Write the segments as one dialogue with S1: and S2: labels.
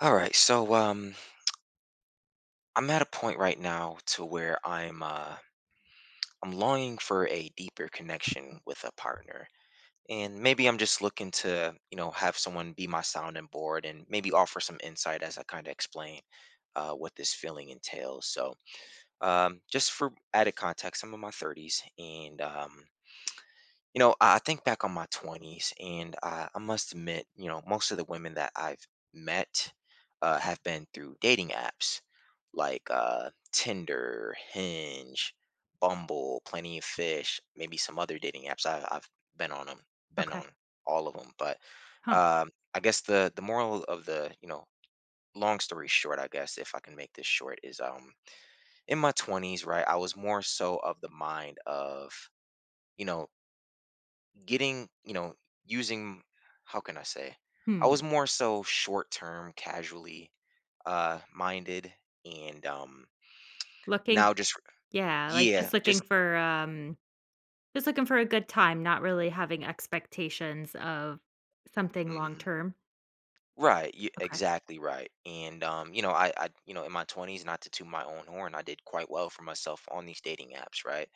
S1: All right, so I'm at a point right now to where I'm longing for a deeper connection with a partner, and maybe I'm just looking to have someone be my sounding board and maybe offer some insight as I kind of explain what this feeling entails. So just for added context, I'm in my 30s, and I think back on my 20s, and I must admit, most of the women that I've met have been through dating apps like Tinder, Hinge, Bumble, Plenty of Fish, maybe some other dating apps. I've been on them, been
S2: Okay.
S1: on all of them. But
S2: Huh.
S1: I guess the moral of the long story short, I guess if I can make this short, is in my 20s, right, I was more so of the mind of you know getting, using how can I say? I was
S2: Hmm.
S1: more so short term, casually minded, and
S2: Looking
S1: now just
S2: yeah, like,
S1: yeah, just
S2: just looking for a good time, not really having expectations of something long
S1: mhm.
S2: term.
S1: Right, you
S2: Okay.
S1: exactly right. And I in my twenties, not to toot my own horn, I did quite well for myself on these dating apps, right?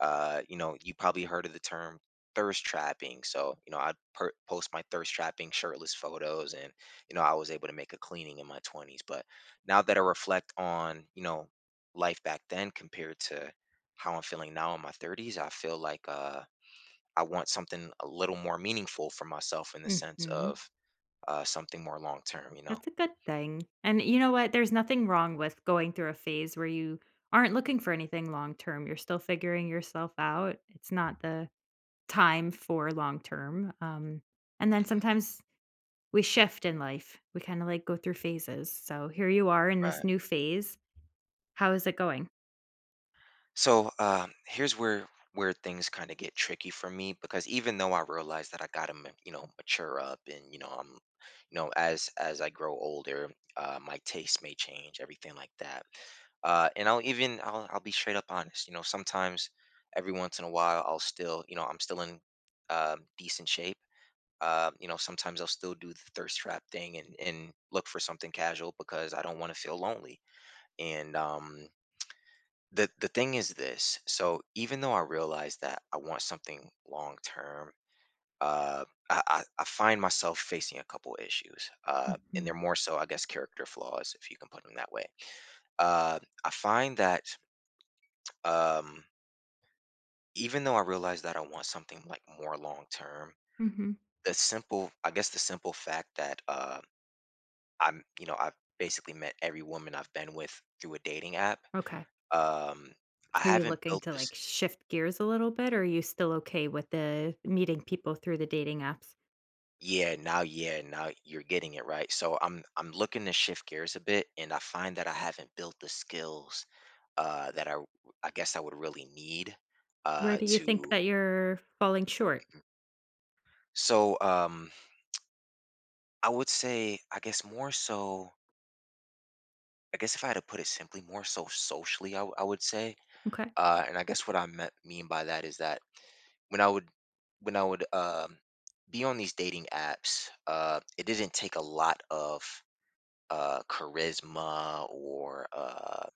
S1: You you probably heard of the term thirst trapping. So, I'd post my thirst trapping shirtless photos, and I was able to make a cleaning in my twenties. But now that I reflect on, life back then compared to how I'm feeling now in my thirties, I feel like I want something a little more meaningful for myself in the sense
S2: Mhm.
S1: of something more long term, you know?
S2: That's a good thing. And you know what? There's nothing wrong with going through a phase where you aren't looking for anything long term. You're still figuring yourself out. It's not the time for long term. And then
S1: Hmm.
S2: sometimes we shift in life. We kinda, like, go through phases. So here you are in this
S1: Right.
S2: new phase. How is it going?
S1: So here's where things kind of get tricky for me because even though I realize that I gotta mature up, and I'm you know as I grow older, my taste may change, everything like that. And I'll even I'll be straight up honest. Sometimes every once in a while I'm still in decent shape. Sometimes I'll still do the thirst trap thing and look for something casual because I don't want to feel lonely. And the thing is this. So even though I realize that I want something long term, I find myself facing a couple issues, and they're
S2: Mhm,
S1: more so, I guess, character flaws, if you can put them that way. I find that um, even though I realize that I want something like more long term,
S2: mhm.
S1: the simple, I guess, the simple fact that I've basically met every woman I've been with through a dating app.
S2: Okay.
S1: Um, I
S2: Are you
S1: haven't
S2: looking
S1: built
S2: to,
S1: this.
S2: like, shift gears a little bit, or are you still okay with the meeting people through the dating apps?
S1: Yeah, now you're getting it right. So I'm looking to shift gears a bit, and I find that I haven't built the skills that I guess I would really need
S2: Where do you think
S1: to.
S2: that you're falling short?
S1: So I would say, I guess more so, I guess if I had to put it simply, more so socially, I would say.
S2: Okay.
S1: And I guess what mean by that is that when I would when I would be on these dating apps. It didn't take a lot of charisma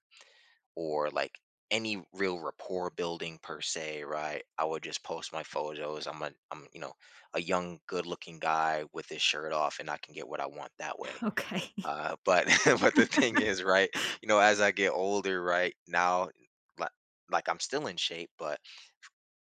S1: or like any real rapport building per se, right? I would just post my photos. I'm a I'm you know A young, good looking guy with his shirt off, and I can get what I want that way.
S2: Okay.
S1: But but the thing is, right? As I get older, right now, like like I'm still in shape, but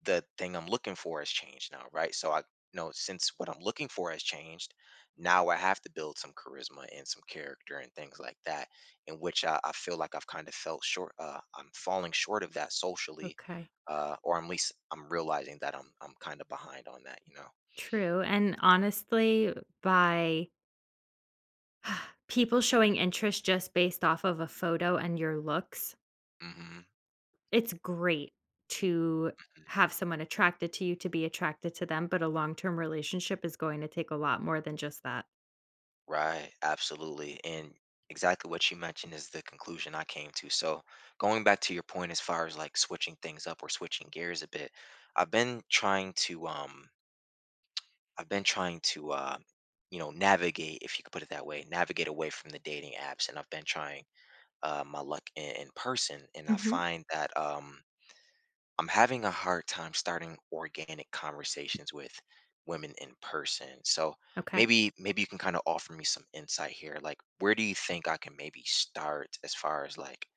S1: the thing I'm looking for has changed now, right? So I know, since what I'm looking for has changed, now I have to build some charisma and some character and things like that, in which I feel like I've kind of felt short. I'm falling short of that socially,
S2: Okay.
S1: or at least I'm realizing that I'm kind of behind on that, you know.
S2: True, and honestly, by people showing interest just based off of a photo and your looks,
S1: Hmm.
S2: it's great to have someone attracted to you to be attracted to them, but a long-term relationship is going to take a lot more than just that.
S1: Right, absolutely. And exactly what you mentioned is the conclusion I came to. So, going back to your point as far as like switching things up or switching gears a bit, I've been trying to um I've been trying to, navigate, if you could put it that way, navigate away from the dating apps. And I've been trying my luck in, person. And I
S2: Mhm.
S1: find that I'm having a hard time starting organic conversations with women in person. So
S2: Okay.
S1: maybe you can kind of offer me some insight here. Like, where do you think I can maybe start as far as like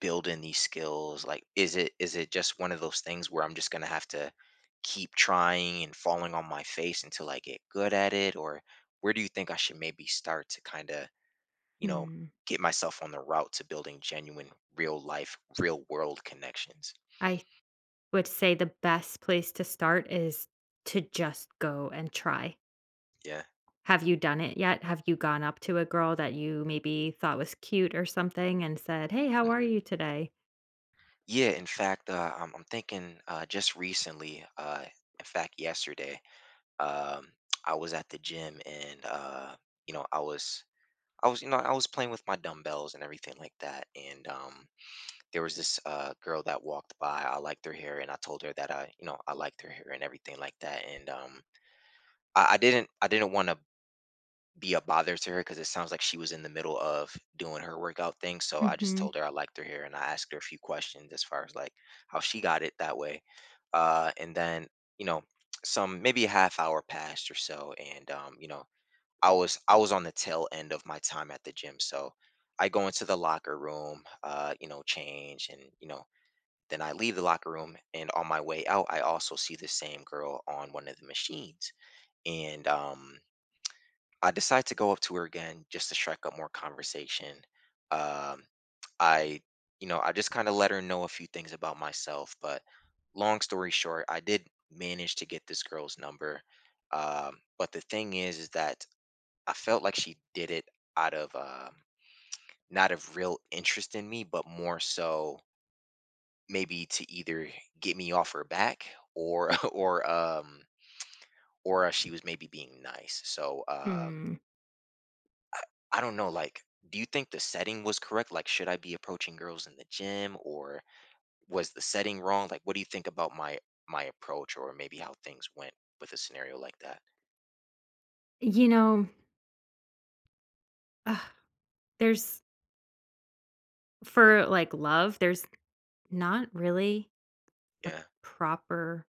S1: building these skills? Like is it just one of those things where I'm just going to have to keep trying and falling on my face until I get good at it, or where do you think I should maybe start to kind of you know
S2: Hmm.
S1: get myself on the route to building genuine real life real world connections?
S2: I would say the best place to start is to just go and try.
S1: Yeah.
S2: Have you done it yet? Have you gone up to a girl that you maybe thought was cute or something and said, "Hey, how are
S1: Mhm.
S2: you today?"
S1: Yeah, in fact I'm thinking just recently, in fact yesterday, um, I was at the gym, and you know i was I was I was playing with my dumbbells and everything like that, and there was this girl that walked by. I liked her hair, and I told her that I liked her hair and everything like that. And I didn't want to be a bother to her because it sounds like she was in the middle of doing her workout thing. So I just
S2: Mhm.
S1: told her I liked her hair, and I asked her a few questions as far as like how she got it that way. And then, you know, some, maybe a half hour passed or so, and I was on the tail end of my time at the gym. So I go into the locker room, change, and then I leave the locker room, and on my way out I also see the same girl on one of the machines. And I decide to go up to her again just to strike up more conversation. Um I I just kind of let her know a few things about myself, but long story short, I did manage to get this girl's number. But the thing is that I felt like she did it out of not of real interest in me, but more so maybe to either get me off her back, or or she was maybe being nice. So
S2: Hmm.
S1: I, I don't know, like, do you think the setting was correct? Like, should I be approaching girls in the gym, or was the setting wrong? Like, what do you think about my approach, or maybe how things went with a scenario like that?
S2: You know, ugh, there's for, like, love, there's not really a
S1: Yeah.
S2: proper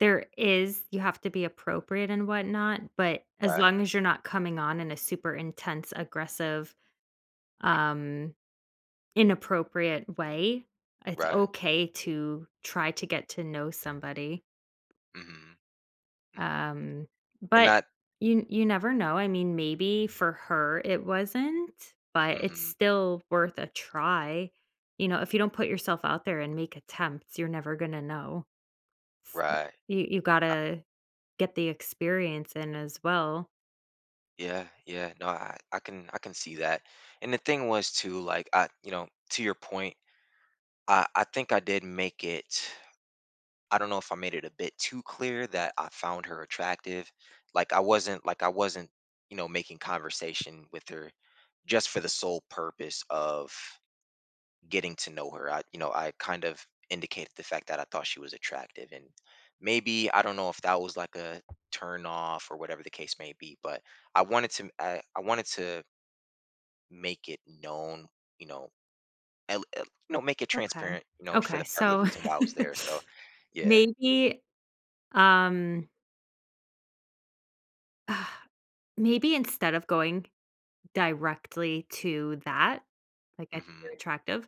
S2: there is, you have to be appropriate and whatnot, but as
S1: Right.
S2: long as you're not coming on in a super intense, aggressive, um inappropriate way. It's
S1: Right.
S2: okay to try to get to know somebody,
S1: Mhm. Mhm.
S2: um,
S1: And
S2: but
S1: not
S2: you never know. I mean, maybe for her it wasn't, but it's
S1: mhm.
S2: still worth a try. You know, if you don't put yourself out there and make attempts, you're never gonna know. S
S1: Right.
S2: You gotta get the experience in as well.
S1: Yeah, yeah. No, I can see that. And the thing was too, like to your point, I think I did make it. I don't know if I made it a bit too clear that I found her attractive. Like I wasn't, making conversation with her just for the sole purpose of getting to know her. I kind of indicated the fact that I thought she was attractive, and maybe, I don't know if that was like a turn off or whatever the case may be, but I wanted to make it known, you know, el- el- make it
S2: Okay.
S1: transparent, you know, for
S2: Okay,
S1: the part of the
S2: so
S1: reason why I was there. So yeah.
S2: maybe, um, maybe instead of going directly to that, like, I think
S1: Hmm.
S2: you're attractive.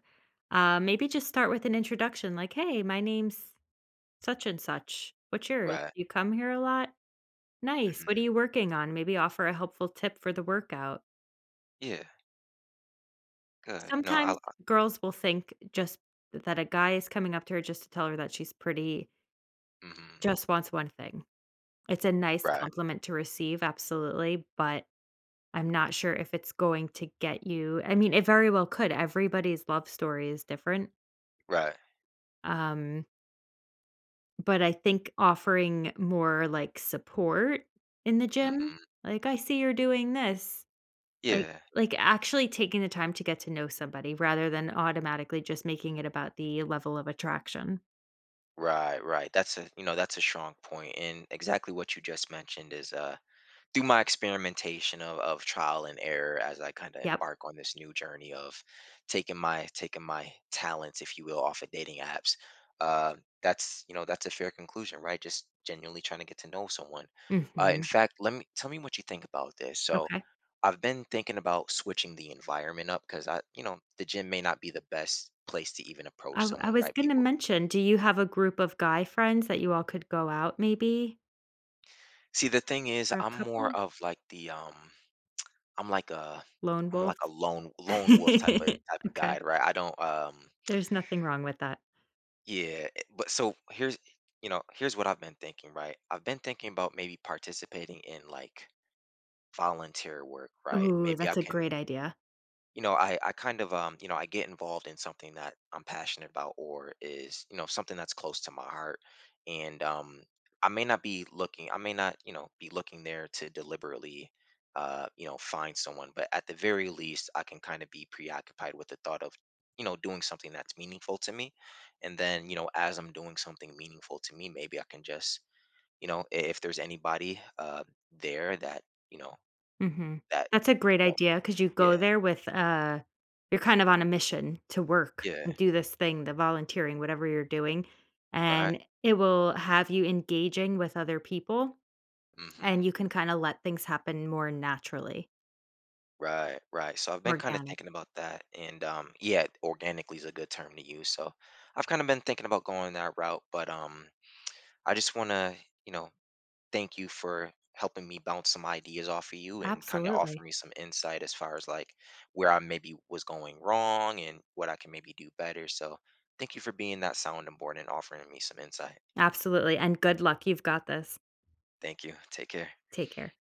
S2: Maybe just start with an introduction, like, "Hey, my name's such and such. What's yours?
S1: Right.
S2: Do you come here a lot? Nice. What
S1: Hmm.
S2: are you working on?" Maybe offer a helpful tip for the workout.
S1: Yeah, good. No,
S2: Sometimes girls will think just that a guy is coming up to her just to tell her that she's pretty,
S1: mm-hmm.
S2: just wants one thing. It's a nice
S1: Right,
S2: compliment to receive, absolutely, but I'm not sure if it's going to get you I mean, it very well could. Everybody's love story is different.
S1: right.
S2: Um, but I think offering more, like, support in the gym,
S1: Hmm.
S2: like, "I see you're doing this." Like
S1: Yeah.
S2: like, actually taking the time to get to know somebody rather than automatically just making it about the level of attraction.
S1: Right, right. That's a strong point, and exactly what you just mentioned is through my experimentation of, trial and error as I kind of
S2: Yep.
S1: embark on this new journey of taking my, talents, if you will, off of dating apps. Uh, that's that's a fair conclusion, right? Just genuinely trying to get to know someone. In
S2: Mhm.
S1: fact, let me tell me what you think about this. So,
S2: Okay.
S1: I've been thinking about switching the environment up because the gym may not be the best place to even approach
S2: I
S1: someone,
S2: was
S1: right?
S2: gonna
S1: People.
S2: mention, do you have a group of guy friends that you all could go out maybe?
S1: See, the thing is,
S2: Or a
S1: I'm more
S2: couple?
S1: of like the I'm like a
S2: Lone
S1: I'm like a
S2: wolf?
S1: lone wolf type of guy,
S2: Okay.
S1: right? I don't
S2: There's nothing wrong with that.
S1: yeah, but so here's what I've been thinking, right? I've been thinking about maybe participating in like volunteer work, right?
S2: Ooh,
S1: Maybe I
S2: that's a
S1: can
S2: great idea.
S1: you know I get involved in something that I'm passionate about, or is something that's close to my heart. And I may not, be looking there to deliberately find someone, but at the very least I can kind of be preoccupied with the thought of doing something that's meaningful to me. And then, as I'm doing something meaningful to me, maybe I can just if there's anybody there that you know
S2: Mhm.
S1: that
S2: That's a great
S1: you know
S2: idea because you go
S1: yeah,
S2: there with, you're kind of on a mission to work
S1: yeah,
S2: and do this thing, the volunteering, whatever you're doing,
S1: right.
S2: and it will have you engaging with other people,
S1: Hmm.
S2: and you can kinda let things happen more naturally,
S1: Right, right. So I've been kind of
S2: organic.
S1: thinking about that, and yeah, organically is a good term to use. So I've kind of been thinking about going that route, but I just want to, you know, thank you for helping me bounce some ideas off of you and kind of offer
S2: Absolutely.
S1: me some insight as far as like where I maybe was going wrong and what I can maybe do better. So thank you for being that sounding board and offering me some insight.
S2: Absolutely, and good luck. You've got this.
S1: Thank you. Take care.
S2: Take care.